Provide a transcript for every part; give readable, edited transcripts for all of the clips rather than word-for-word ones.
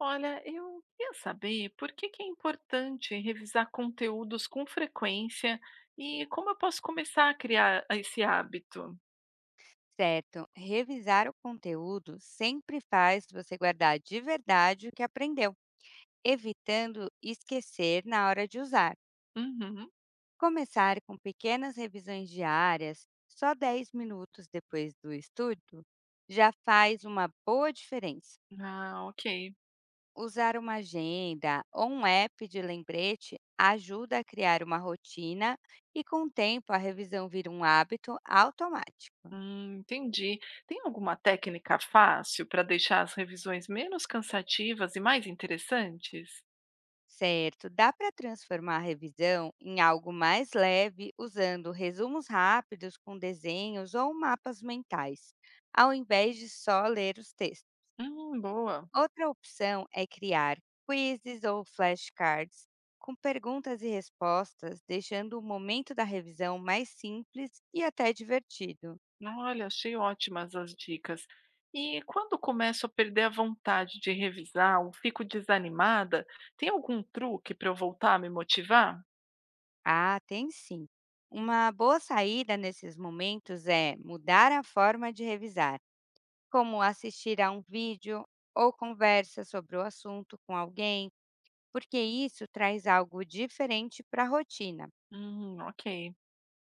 Olha, eu queria saber por que que é importante revisar conteúdos com frequência e como eu posso começar a criar esse hábito? Certo, revisar o conteúdo sempre faz você guardar de verdade o que aprendeu, evitando esquecer na hora de usar. Uhum. Começar com pequenas revisões diárias, só 10 minutos depois do estudo, já faz uma boa diferença. Ah, ok. Usar uma agenda ou um app de lembrete ajuda a criar uma rotina e, com o tempo, a revisão vira um hábito automático. Entendi. Tem alguma técnica fácil para deixar as revisões menos cansativas e mais interessantes? Certo, dá para transformar a revisão em algo mais leve usando resumos rápidos com desenhos ou mapas mentais, ao invés de só ler os textos. Boa. Outra opção é criar quizzes ou flashcards com perguntas e respostas, deixando o momento da revisão mais simples e até divertido. Olha, achei ótimas as dicas. E quando começo a perder a vontade de revisar ou fico desanimada, tem algum truque para eu voltar a me motivar? Ah, tem sim! Uma boa saída nesses momentos é mudar a forma de revisar como assistir a um vídeo ou conversa sobre o assunto com alguém, porque isso traz algo diferente para a rotina. Ok.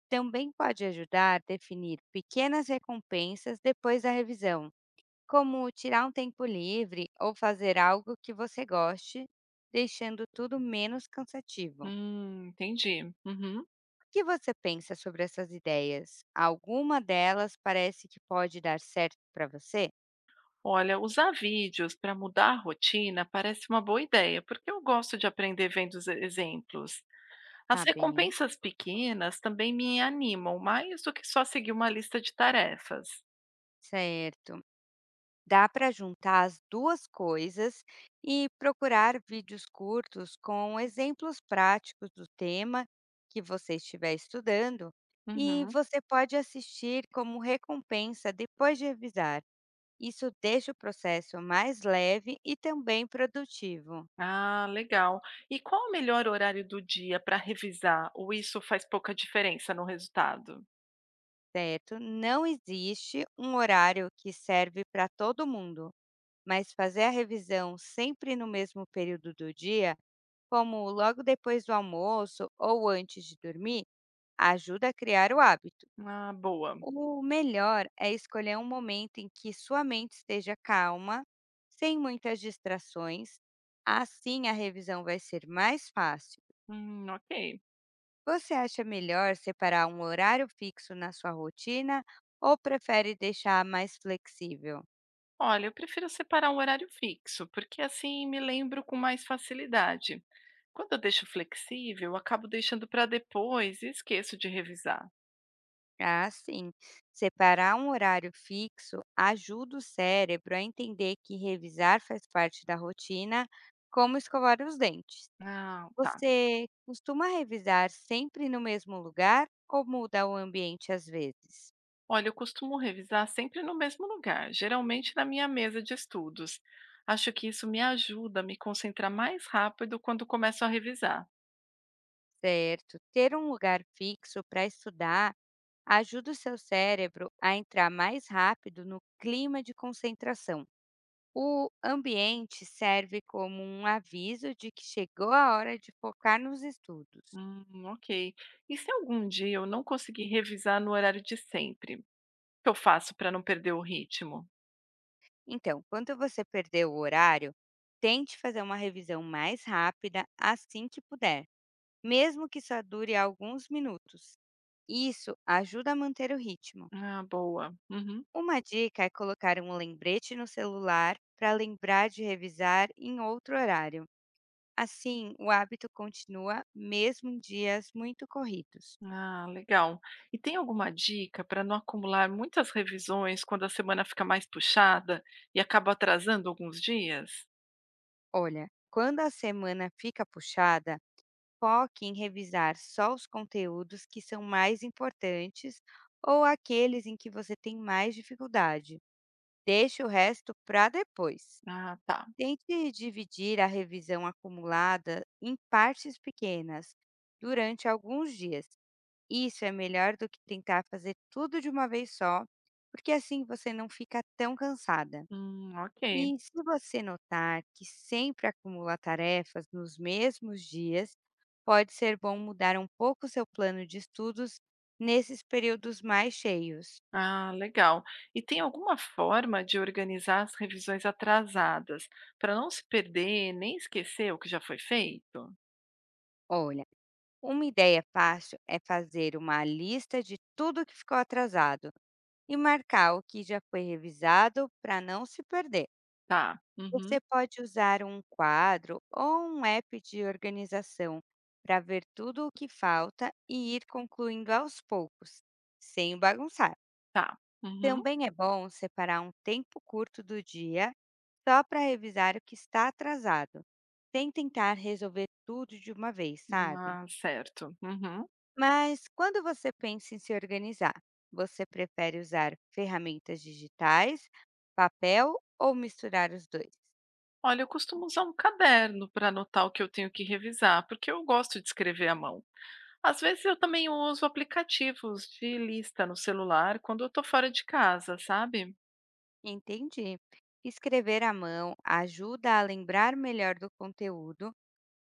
Também pode ajudar a definir pequenas recompensas depois da revisão, como tirar um tempo livre ou fazer algo que você goste, deixando tudo menos cansativo. Entendi. Uhum. O que você pensa sobre essas ideias? Alguma delas parece que pode dar certo para você? Olha, usar vídeos para mudar a rotina parece uma boa ideia, porque eu gosto de aprender vendo os exemplos. As Tá bem, recompensas pequenas também me animam, mais do que só seguir uma lista de tarefas. certo. Dá para juntar as duas coisas e procurar vídeos curtos com exemplos práticos do tema que você estiver estudando, e Uhum. você pode assistir como recompensa depois de revisar. Isso deixa o processo mais leve e também produtivo, Ah, legal. E qual o melhor horário do dia para revisar? Ou isso faz pouca diferença no resultado? certo? Não existe um horário que serve para todo mundo, mas fazer a revisão sempre no mesmo período do dia como logo depois do almoço ou antes de dormir, ajuda a criar o hábito. Ah, boa. O melhor é escolher um momento em que sua mente esteja calma, sem muitas distrações, assim a revisão vai ser mais fácil. Ok. Você acha melhor separar um horário fixo na sua rotina ou prefere deixar mais flexível? Olha, eu prefiro separar um horário fixo, porque assim me lembro com mais facilidade. Quando eu deixo flexível, eu acabo deixando para depois e esqueço de revisar. Ah, sim. Separar um horário fixo ajuda o cérebro a entender que revisar faz parte da rotina, como escovar os dentes. Ah, tá. Você costuma revisar sempre no mesmo lugar ou muda o ambiente às vezes? Olha, eu costumo revisar sempre no mesmo lugar, geralmente na minha mesa de estudos. Acho que isso me ajuda a me concentrar mais rápido quando começo a revisar. Certo. Ter um lugar fixo para estudar ajuda o seu cérebro a entrar mais rápido no clima de concentração. O ambiente serve como um aviso de que chegou a hora de focar nos estudos. Ok. E se algum dia eu não conseguir revisar no horário de sempre? O que eu faço para não perder o ritmo? Então, quando você perder o horário, tente fazer uma revisão mais rápida assim que puder, mesmo que só dure alguns minutos. Isso ajuda a manter o ritmo. Ah, boa. Uhum. Uma dica é colocar um lembrete no celular para lembrar de revisar em outro horário. Assim, o hábito continua mesmo em dias muito corridos. Ah, legal. E tem alguma dica para não acumular muitas revisões quando a semana fica mais puxada e acaba atrasando alguns dias? Olha, quando a semana fica puxada, foque em revisar só os conteúdos que são mais importantes ou aqueles em que você tem mais dificuldade. Deixe o resto para depois. Ah, tá. Tente dividir a revisão acumulada em partes pequenas durante alguns dias. Isso é melhor do que tentar fazer tudo de uma vez só, porque assim você não fica tão cansada. Ok. E se você notar que sempre acumula tarefas nos mesmos dias, pode ser bom mudar um pouco seu plano de estudos nesses períodos mais cheios. Ah, legal. E tem alguma forma de organizar as revisões atrasadas para não se perder nem esquecer o que já foi feito? Olha, uma ideia fácil é fazer uma lista de tudo que ficou atrasado e marcar o que já foi revisado para não se perder. Tá. Uhum, Você pode usar um quadro ou um app de organização para ver tudo o que falta e ir concluindo aos poucos, sem bagunçar. tá. Uhum. Também é bom separar um tempo curto do dia só para revisar o que está atrasado, sem tentar resolver tudo de uma vez, sabe? Ah, certo. Uhum. Mas quando você pensa em se organizar, você prefere usar ferramentas digitais, papel ou misturar os dois? Olha, eu costumo usar um caderno para anotar o que eu tenho que revisar, porque eu gosto de escrever à mão. Às vezes eu também uso aplicativos de lista no celular quando eu estou fora de casa, sabe? Entendi. Escrever à mão ajuda a lembrar melhor do conteúdo,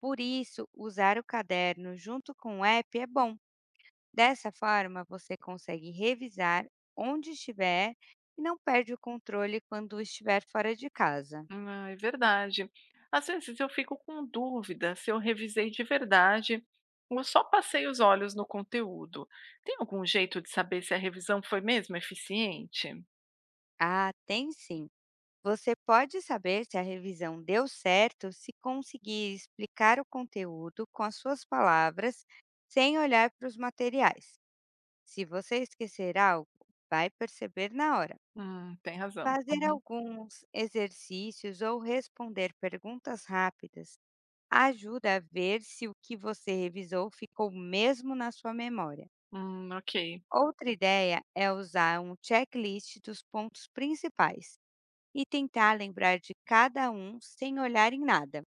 por isso, usar o caderno junto com o app é bom. Dessa forma, você consegue revisar onde estiver e não perde o controle quando estiver fora de casa. Ah, é verdade. Às vezes eu fico com dúvida se eu revisei de verdade ou só passei os olhos no conteúdo. Tem algum jeito de saber se a revisão foi mesmo eficiente? Ah, tem sim! Você pode saber se a revisão deu certo se conseguir explicar o conteúdo com as suas palavras sem olhar para os materiais. Se você esquecer algo, vai perceber na hora. Tem razão. Fazer Uhum. alguns exercícios ou responder perguntas rápidas ajuda a ver se o que você revisou ficou mesmo na sua memória. Ok. Outra ideia é usar um checklist dos pontos principais e tentar lembrar de cada um sem olhar em nada,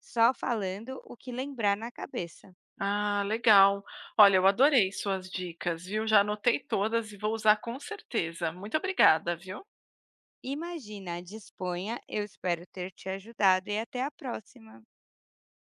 só falando o que lembrar na cabeça. Ah, legal. Olha, eu adorei suas dicas, viu? Já anotei todas e vou usar com certeza. Muito obrigada, viu? Imagina, disponha, eu espero ter te ajudado e até a próxima!